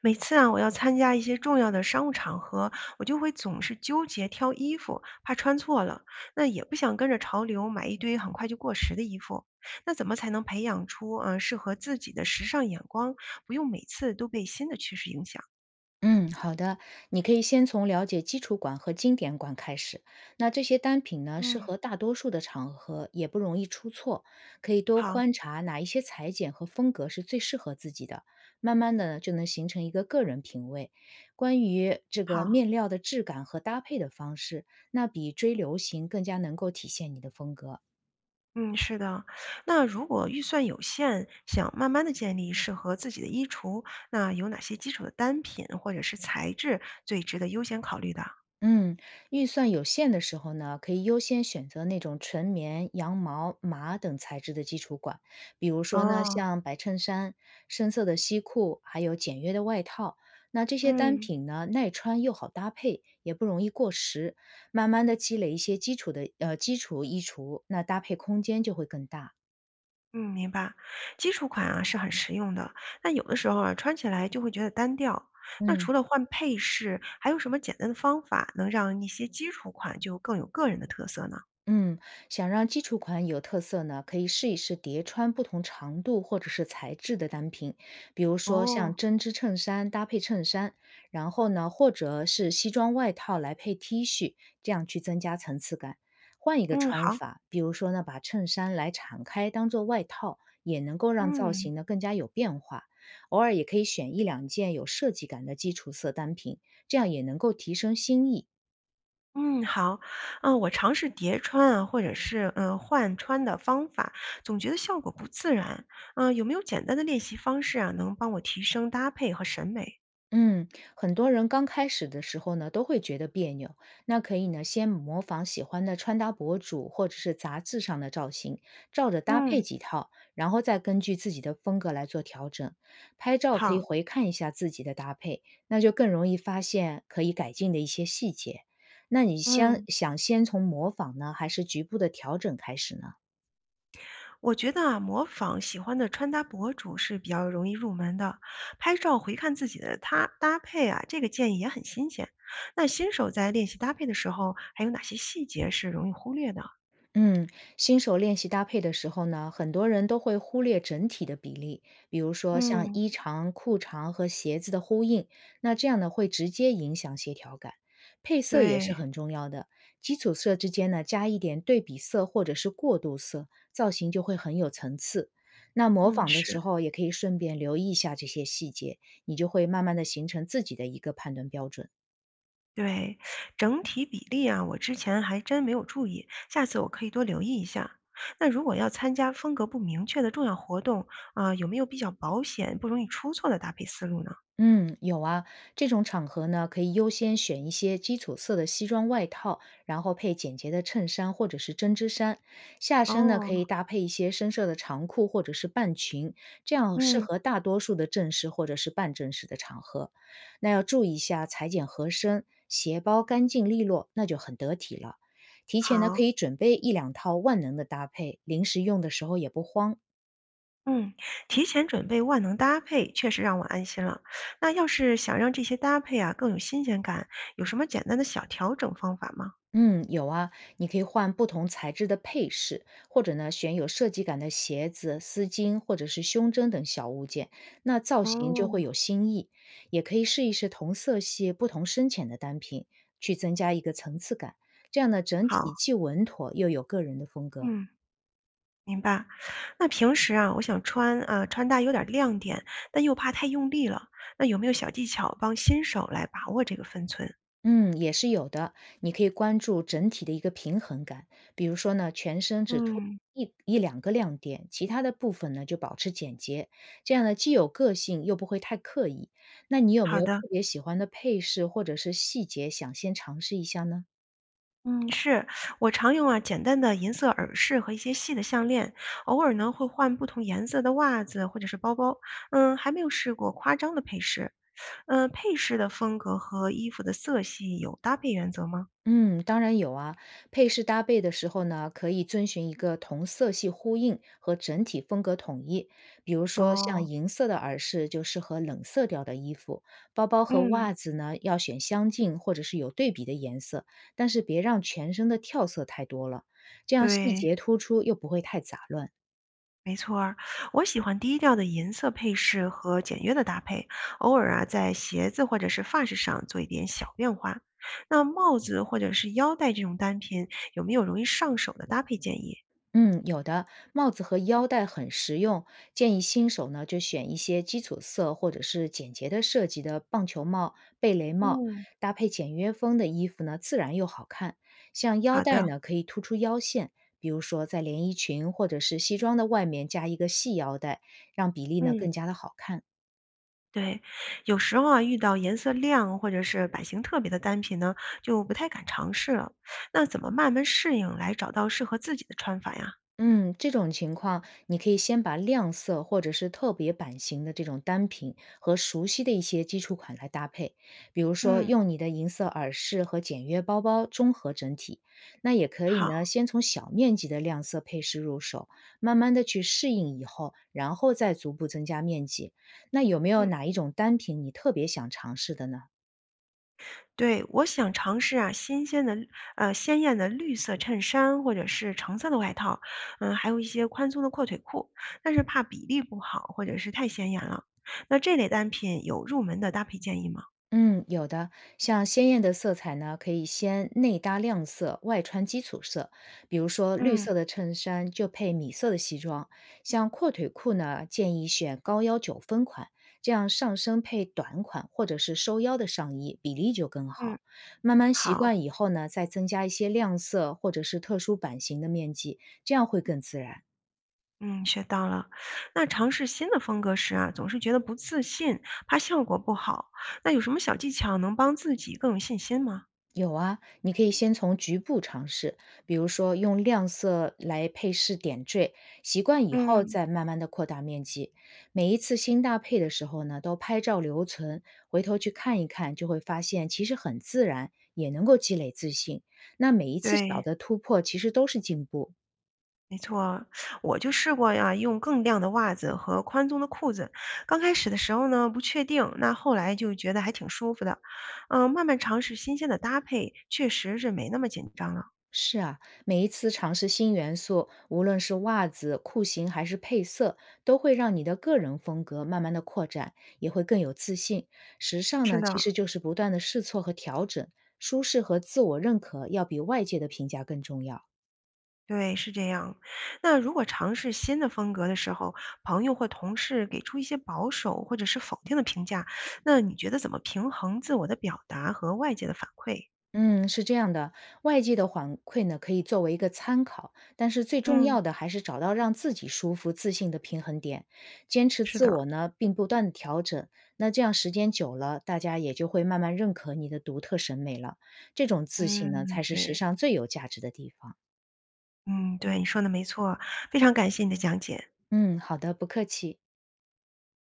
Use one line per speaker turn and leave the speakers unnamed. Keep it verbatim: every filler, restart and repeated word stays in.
每次啊，我要参加一些重要的商务场合，我就会总是纠结挑衣服，怕穿错了。那也不想跟着潮流买一堆很快就过时的衣服。那怎么才能培养出嗯、呃适合自己的时尚眼光，不用每次都被新的趋势影响？
嗯，好的，你可以先从了解基础馆和经典馆开始。那这些单品呢，适
嗯，
合大多数的场合，也不容易出错。可以多
好，
观察哪一些裁剪和风格是最适合自己的，慢慢的就能形成一个个人品味。关于这个
好，
面料的质感和搭配的方式，那比追流行更加能够体现你的风格。
嗯，是的。那如果预算有限，想慢慢的建立适合自己的衣橱，那有哪些基础的单品或者是材质最值得优先考虑的？
嗯，预算有限的时候呢，可以优先选择那种纯棉、羊毛、麻等材质的基础款，比如说呢，
哦，
像白衬衫、深色的西裤，还有简约的外套。那这些单
嗯。
品呢，耐穿又好搭配，也不容易过时。慢慢的积累一些基础的呃基础衣橱，那搭配空间就会更大。
嗯，明白。基础款啊是很实用的，但有的时候啊穿起来就会觉得单调。那
嗯。
除了换配饰，还有什么简单的方法能让一些基础款就更有个人的特色呢？
嗯，想让基础款有特色呢，可以试一试叠穿不同长度或者是材质的单品，比如说像
哦，
针织衬衫搭配衬衫，然后呢，或者是西装外套来配 T 恤，这样去增加层次感。换一个
嗯，
穿
好，
法，比如说呢，把衬衫来敞开当做外套，也能够让造
嗯。
型呢更加有变化。偶尔也可以选一两件有设计感的基础色单品，这样也能够提升新意。
嗯，好，嗯，我尝试叠穿啊，或者是嗯、呃换穿的方法，总觉得效果不自然。嗯、有没有简单的练习方式啊，能帮我提升搭配和审美？
嗯，很多人刚开始的时候呢，都会觉得别扭。那可以呢，先模仿喜欢的穿搭博主或者是杂志上的造型，照着搭配
嗯，
几套，然后再根据自己的风格来做调整。拍照可以
好，
回看一下自己的搭配，那就更容易发现可以改进的一些细节。那你先
嗯。
想先从模仿呢，还是局部的调整开始呢？
我觉得啊，模仿喜欢的穿搭博主是比较容易入门的。拍照回看自己的搭搭配啊，这个建议也很新鲜。那新手在练习搭配的时候，还有哪些细节是容易忽略的？
嗯，新手练习搭配的时候呢，很多人都会忽略整体的比例，比如说像
嗯，
衣长、裤长和鞋子的呼应，那这样呢会直接影响协调感。配色也是
对，
很重要的，基础色之间呢加一点对比色或者是过渡色，造型就会很有层次。那模
嗯，
仿的
是，
时候也可以顺便留意一下这些细节，你就会慢慢的形成自己的一个判断标准。
对，整体比例啊，我之前还真没有注意，下次我可以多留意一下。那如果要参加风格不明确的重要活动啊，有没有比较保险、不容易出错的搭配思路呢？
嗯，有啊，这种场合呢，可以优先选一些基础色的西装外套，然后配简洁的衬衫或者是针织衫。下身呢，可
哦，
以搭配一些深色的长裤或者是半裙，这样适
嗯，
合大多数的正式或者是半正式的场合。那要注意一下裁剪合身，鞋包干净利落，那就很得体了。提前呢，可
好。
以准备一两套万能的搭配，临时用的时候也不慌。
嗯，提前准备万能搭配确实让我安心了。那要是想让这些搭配啊更有新鲜感，有什么简单的小调整方法吗？
嗯，有啊，你可以换不同材质的配饰，或者呢，选有设计感的鞋子、丝巾或者是胸针等小物件，那造型就会
哦，
有新意。也可以试一试同色系、不同深浅的单品，去增加一个层次感。这样呢，整体
好，
既稳妥又有个人的风格。
嗯，明白。那平时啊，我想穿啊穿搭有点亮点，但又怕太用力了。那有没有小技巧帮新手来把握这个分寸？
嗯，也是有的。你可以关注整体的一个平衡感，比如说呢，全身只突
嗯，
一一两个亮点，其他的部分呢就保持简洁，这样呢既有个性又不会太刻意。那你有没
好
有
的。
特别喜欢的配饰或者是细节，想先尝试一下呢？
嗯，是，我常用啊简单的银色耳饰和一些细的项链，偶尔呢会换不同颜色的袜子或者是包包。嗯，还没有试过夸张的配饰。嗯，配饰的风格和衣服的色系有搭配原则吗？
嗯，当然有啊。配饰搭配的时候呢，可以遵循一个同色系呼应和整体风格统一。比如说，像
哦，
银色的耳饰就适合冷色调的衣服，包包和
嗯，
袜子呢要选相近或者是有对比的颜色，但是别让全身的跳色太多了，这样细
对，
节突出又不会太杂乱。
没错儿，我喜欢低调的银色配饰和简约的搭配，偶尔啊在鞋子或者是发饰上做一点小变化。那帽子或者是腰带这种单品，有没有容易上手的搭配建议？
嗯，有的，帽子和腰带很实用，建议新手呢就选一些基础色或者是简洁的设计的棒球帽、贝雷帽，
嗯。
搭配简约风的衣服呢，自然又好看。像腰
好
带
的，
呢，可以突出腰线，比如说在连衣裙或者是西装的外面加一个细腰带，让比例呢
嗯，
更加的好看。
对，有时候啊，遇到颜色亮或者是版型特别的单品呢，就不太敢尝试了。那怎么慢慢适应，来找到适合自己的穿法呀？
嗯，这种情况，你可以先把亮色或者是特别版型的这种单品和熟悉的一些基础款来搭配，比如说
嗯
用你的银色耳饰和简约包包综合整体。那也可以呢，
好，
先从小面积的亮色配饰入手，慢慢的去适应以后，然后再逐步增加面积。那有没有
嗯
哪一种单品你特别想尝试的呢？
对，我想尝试啊，新鲜的呃鲜艳的绿色衬衫或者是橙色的外套，嗯，还有一些宽松的阔腿裤，但是怕比例不好或者是太显眼了。那这类单品有入门的搭配建议吗？
嗯，有的，像鲜艳的色彩呢，可以先内搭亮色，外穿基础色。比如说，绿色
嗯
的衬衫就配米色的西装，像阔腿裤呢，建议选高腰九分款，这样上身配短款或者是收腰的上衣，比例就更
嗯。
好。慢慢习
好。
惯以后呢，再增加一些亮色或者是特殊版型的面积，这样会更自然。
嗯，学到了。那尝试新的风格时啊，总是觉得不自信，怕效果不好。那有什么小技巧能帮自己更有信心吗？
有啊，你可以先从局部尝试，比如说用亮色来配饰点缀，习惯以后
嗯，
再慢慢的扩大面积。每一次新搭配的时候呢，都拍照留存，回头去看一看，就会发现其实很自然，也能够积累自信。那每一次小
对，
的突破，其实都是进步。
没错，我就试过呀，用更亮的袜子和宽松的裤子。刚开始的时候呢，不确定，那后来就觉得还挺舒服的。嗯，慢慢尝试新鲜的搭配，确实是没那么紧张了。
是啊，每一次尝试新元素，无论是袜子、裤型还是配色，都会让你的个人风格慢慢的扩展，也会更有自信。时尚
是
呢，其
的，
实就是不断的试错和调整，舒适和自我认可要比外界的评价更重要。
对，是这样。那如果尝试新的风格的时候，朋友或同事给出一些保守或者是否定的评价，那你觉得怎么平衡自我的表达和外界的反馈？
嗯，是这样的，外界的反馈呢，可以作为一个参考，但是最重
嗯，
要的还是找到让自己舒服、自信的平衡点，坚持
是
自
的，
我呢，并不断的调整。那这样时间久了，大家也就会慢慢认可你的独特审美了。这种自
嗯，
信呢，才是时
对，
尚最有价值的地方。
嗯，对，你说的没错，非常感谢你的讲解。
嗯，好的，不客气。